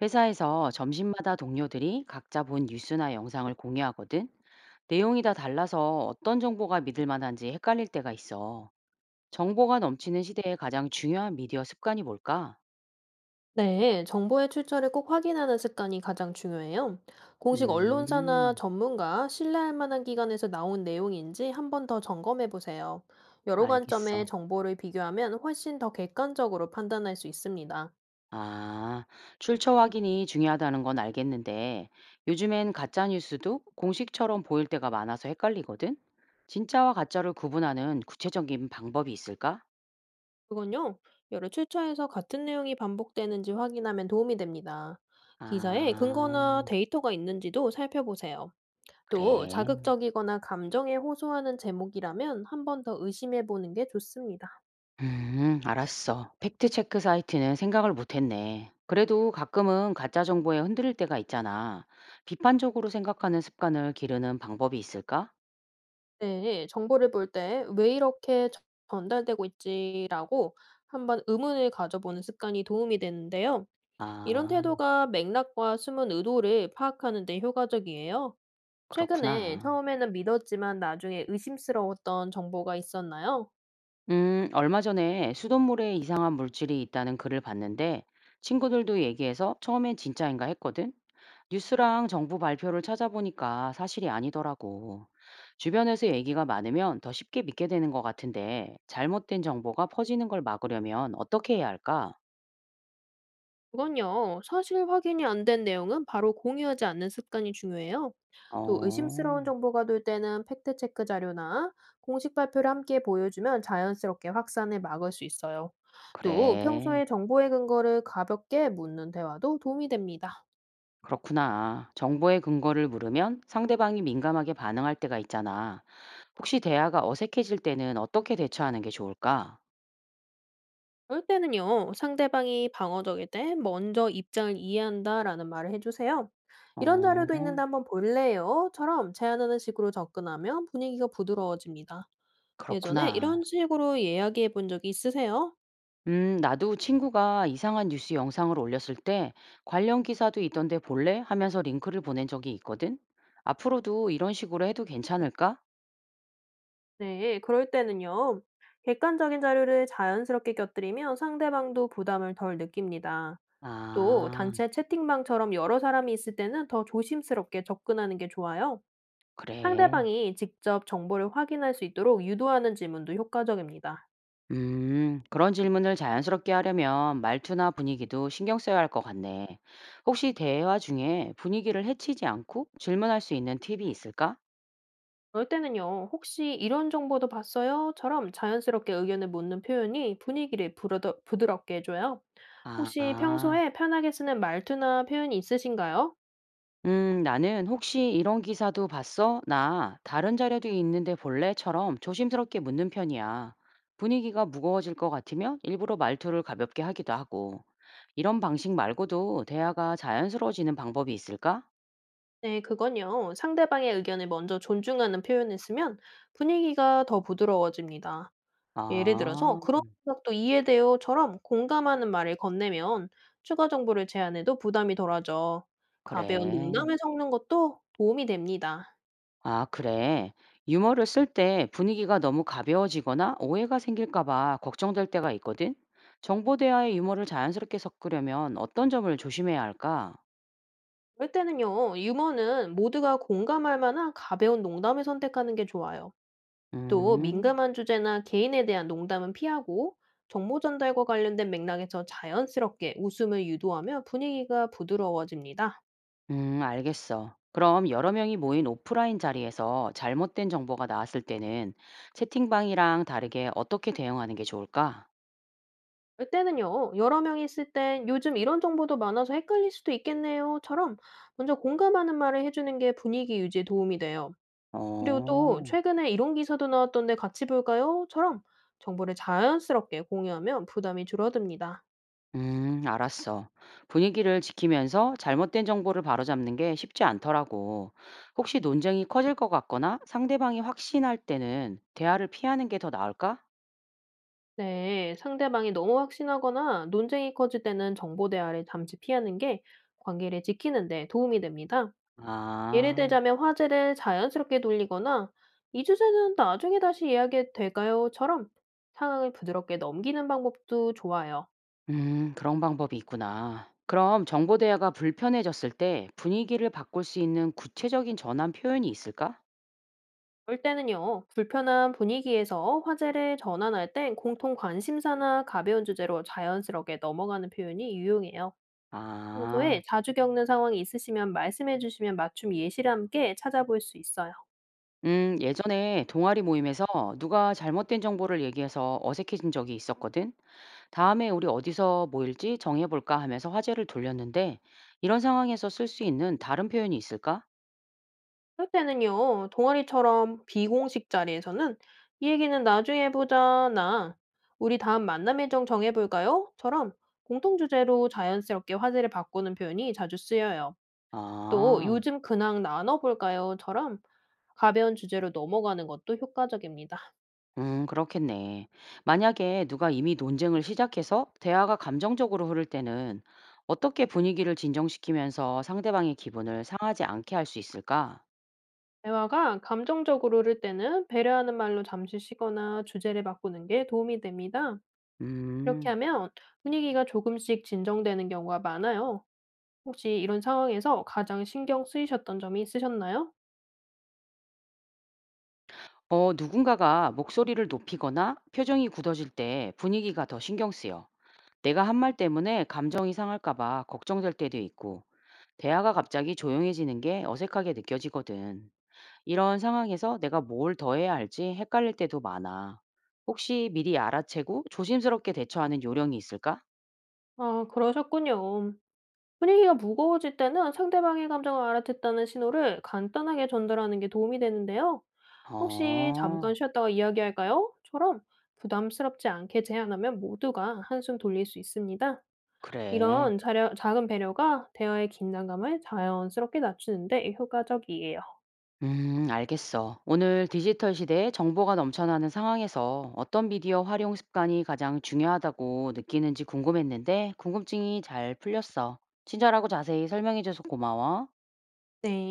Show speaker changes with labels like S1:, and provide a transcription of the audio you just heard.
S1: 회사에서 점심마다 동료들이 각자 본 뉴스나 영상을 공유하거든. 내용이 다 달라서 어떤 정보가 믿을 만한지 헷갈릴 때가 있어. 정보가 넘치는 시대에 가장 중요한 미디어 습관이 뭘까?
S2: 네, 정보의 출처를 꼭 확인하는 습관이 가장 중요해요. 공식 언론사나
S1: 음,
S2: 전문가, 신뢰할 만한 기관에서 나온 내용인지 한 번 더 점검해 보세요. 여러
S1: 알겠어.
S2: 관점의 정보를 비교하면 훨씬 더 객관적으로 판단할 수 있습니다.
S1: 아, 출처 확인이 중요하다는 건 알겠는데, 요즘엔 가짜 뉴스도 공식처럼 보일 때가 많아서 헷갈리거든? 진짜와 가짜를 구분하는 구체적인 방법이 있을까?
S2: 그건요, 여러 출처에서 같은 내용이 반복되는지 확인하면 도움이 됩니다. 기사에
S1: 아,
S2: 근거나 데이터가 있는지도 살펴보세요. 또
S1: 그래.
S2: 자극적이거나 감정에 호소하는 제목이라면 한 번 더 의심해 보는 게 좋습니다.
S1: 알았어. 팩트체크 사이트는 생각을 못했네. 그래도 가끔은 가짜 정보에 흔들릴 때가 있잖아. 비판적으로 생각하는 습관을 기르는 방법이 있을까?
S2: 네. 정보를 볼 때 '왜 이렇게 전달되고 있지?'라고 한번 의문을 가져보는 습관이 도움이 되는데요. 이런
S1: 아,
S2: 태도가 맥락과 숨은 의도를 파악하는 데 효과적이에요. 최근에
S1: 그렇구나.
S2: 처음에는 믿었지만 나중에 의심스러웠던 정보가 있었나요?
S1: 얼마 전에 수돗물에 이상한 물질이 있다는 글을 봤는데 친구들도 얘기해서 처음엔 진짜인가 했거든. 뉴스랑 정부 발표를 찾아보니까 사실이 아니더라고. 주변에서 얘기가 많으면 더 쉽게 믿게 되는 것 같은데, 잘못된 정보가 퍼지는 걸 막으려면 어떻게 해야 할까?
S2: 그건요, 사실 확인이 안 된 내용은 바로 공유하지 않는 습관이 중요해요. 또
S1: 어,
S2: 의심스러운 정보가 돌 때는 팩트체크 자료나 공식 발표를 함께 보여주면 자연스럽게 확산을 막을 수 있어요. 또
S1: 그래.
S2: 평소에 정보의 근거를 가볍게 묻는 대화도 도움이 됩니다.
S1: 그렇구나. 정보의 근거를 물으면 상대방이 민감하게 반응할 때가 있잖아. 혹시 대화가 어색해질 때는 어떻게 대처하는 게 좋을까?
S2: 그럴 때는요, 상대방이 방어적일 때 먼저 입장을 이해한다라는 말을 해주세요. 이런 자료도 있는데
S1: 어,
S2: 한번 볼래요?처럼 제안하는 식으로 접근하면 분위기가 부드러워집니다. 예전에 이런
S1: 그렇구나.
S2: 식으로 이야기해 본 적이 있으세요?
S1: 나도 친구가 이상한 뉴스 영상을 올렸을 때 관련 기사도 있던데 볼래? 하면서 링크를 보낸 적이 있거든. 앞으로도 이런 식으로 해도 괜찮을까?
S2: 네, 그럴 때는요. 객관적인 자료를 자연스럽게 곁들이면 상대방도 부담을 덜 느낍니다. 또
S1: 아,
S2: 단체 채팅방처럼 여러 사람이 있을 때는 더 조심스럽게 접근하는 게 좋아요.
S1: 그래.
S2: 상대방이 직접 정보를 확인할 수 있도록 유도하는 질문도 효과적입니다.
S1: 그런 질문을 자연스럽게 하려면 말투나 분위기도 신경 써야 할 것 같네. 혹시 대화 중에 분위기를 해치지 않고 질문할 수 있는 팁이 있을까?
S2: 그럴 때는요, 혹시 이런 정보도 봤어요?처럼 자연스럽게 의견을 묻는 표현이 분위기를 부러 부드럽게 해줘요. 혹시
S1: 아,
S2: 평소에 편하게 쓰는 말투나 표현이 있으신가요?
S1: 나는 혹시 이런 기사도 봤어? 나 다른 자료도 있는데 볼래?처럼 조심스럽게 묻는 편이야. 분위기가 무거워질 것 같으면 일부러 말투를 가볍게 하기도 하고. 이런 방식 말고도 대화가 자연스러워지는 방법이 있을까?
S2: 네, 그건요. 상대방의 의견을 먼저 존중하는 표현을 쓰면 분위기가 더 부드러워집니다. 예를 들어서,
S1: 아,
S2: 그런 생각도 이해돼요처럼 공감하는 말을 건네면 추가 정보를 제안해도 부담이 덜하죠. 가벼운
S1: 그래.
S2: 농담을 섞는 것도 도움이 됩니다.
S1: 아, 그래. 유머를 쓸 때 분위기가 너무 가벼워지거나 오해가 생길까 봐 걱정될 때가 있거든. 정보 대화에 유머를 자연스럽게 섞으려면 어떤 점을 조심해야 할까?
S2: 그럴 때는요, 유머는 모두가 공감할 만한 가벼운 농담을 선택하는 게 좋아요. 또
S1: 음.
S2: 민감한 주제나 개인에 대한 농담은 피하고 정보 전달과 관련된 맥락에서 자연스럽게 웃음을 유도하며 분위기가 부드러워집니다.
S1: 알겠어. 그럼 여러 명이 모인 오프라인 자리에서 잘못된 정보가 나왔을 때는 채팅방이랑 다르게 어떻게 대응하는 게 좋을까?
S2: 이때는요, 여러 명이 있을 땐 요즘 이런 정보도 많아서 헷갈릴 수도 있겠네요처럼 먼저 공감하는 말을 해주는 게 분위기 유지에 도움이 돼요. 그리고 또
S1: 어,
S2: 최근에 이런 기사도 나왔던데 같이 볼까요?처럼 정보를 자연스럽게 공유하면 부담이 줄어듭니다.
S1: 알았어. 분위기를 지키면서 잘못된 정보를 바로잡는 게 쉽지 않더라고. 혹시 논쟁이 커질 것 같거나 상대방이 확신할 때는 대화를 피하는 게 더 나을까?
S2: 네, 상대방이 너무 확신하거나 논쟁이 커질 때는 정보 대화를 잠시 피하는 게 관계를 지키는 데 도움이 됩니다. 예를
S1: 아.
S2: 들자면 화제를 자연스럽게 돌리거나 이 주제는 나중에 다시 이야기해도 될까요?처럼 상황을 부드럽게 넘기는 방법도 좋아요.
S1: 그런 방법이 있구나. 그럼 정보 대화가 불편해졌을 때 분위기를 바꿀 수 있는 구체적인 전환 표현이 있을까?
S2: 그럴 때는요, 불편한 분위기에서 화제를 전환할 땐 공통 관심사나 가벼운 주제로 자연스럽게 넘어가는 표현이 유용해요.
S1: 아,
S2: 평소에 자주 겪는 상황이 있으시면 말씀해 주시면 맞춤 예시를 함께 찾아볼 수 있어요.
S1: 예전에 동아리 모임에서 누가 잘못된 정보를 얘기해서 어색해진 적이 있었거든. 다음에 우리 어디서 모일지 정해볼까 하면서 화제를 돌렸는데 이런 상황에서 쓸 수 있는 다른 표현이 있을까?
S2: 그럴 때는요, 동아리처럼 비공식 자리에서는 이 얘기는 나중에 해보자나 우리 다음 만남 일정 정해볼까요? 처럼 공통 주제로 자연스럽게 화제를 바꾸는 표현이 자주 쓰여요. 또
S1: 아.
S2: 요즘 근황 나눠볼까요? 처럼 가벼운 주제로 넘어가는 것도 효과적입니다.
S1: 그렇겠네. 만약에 누가 이미 논쟁을 시작해서 대화가 감정적으로 흐를 때는 어떻게 분위기를 진정시키면서 상대방의 기분을 상하지 않게 할 수 있을까?
S2: 대화가 감정적으로 흐를 때는 배려하는 말로 잠시 쉬거나 주제를 바꾸는 게 도움이 됩니다. 이렇게
S1: 음,
S2: 하면 분위기가 조금씩 진정되는 경우가 많아요. 혹시 이런 상황에서 가장 신경 쓰이셨던 점이 있으셨나요?
S1: 어, 누군가가 목소리를 높이거나 표정이 굳어질 때 분위기가 더 신경 쓰여. 내가 한 말 때문에 감정이 상할까 봐 걱정될 때도 있고, 대화가 갑자기 조용해지는 게 어색하게 느껴지거든. 이런 상황에서 내가 뭘 더 해야 할지 헷갈릴 때도 많아. 혹시 미리 알아채고 조심스럽게 대처하는 요령이 있을까?
S2: 아, 그러셨군요. 분위기가 무거워질 때는 상대방의 감정을 알아듣다는 신호를 간단하게 전달하는 게 도움이 되는데요. 혹시
S1: 어,
S2: 잠깐 쉬었다가 이야기할까요? 처럼 부담스럽지 않게 제안하면 모두가 한숨 돌릴 수 있습니다.
S1: 그래.
S2: 작은 배려가 대화의 긴장감을 자연스럽게 낮추는데 효과적이에요.
S1: 알겠어. 오늘 디지털 시대에 정보가 넘쳐나는 상황에서 어떤 미디어 활용 습관이 가장 중요하다고 느끼는지 궁금했는데 궁금증이 잘 풀렸어. 친절하고 자세히 설명해줘서 고마워.
S2: 네.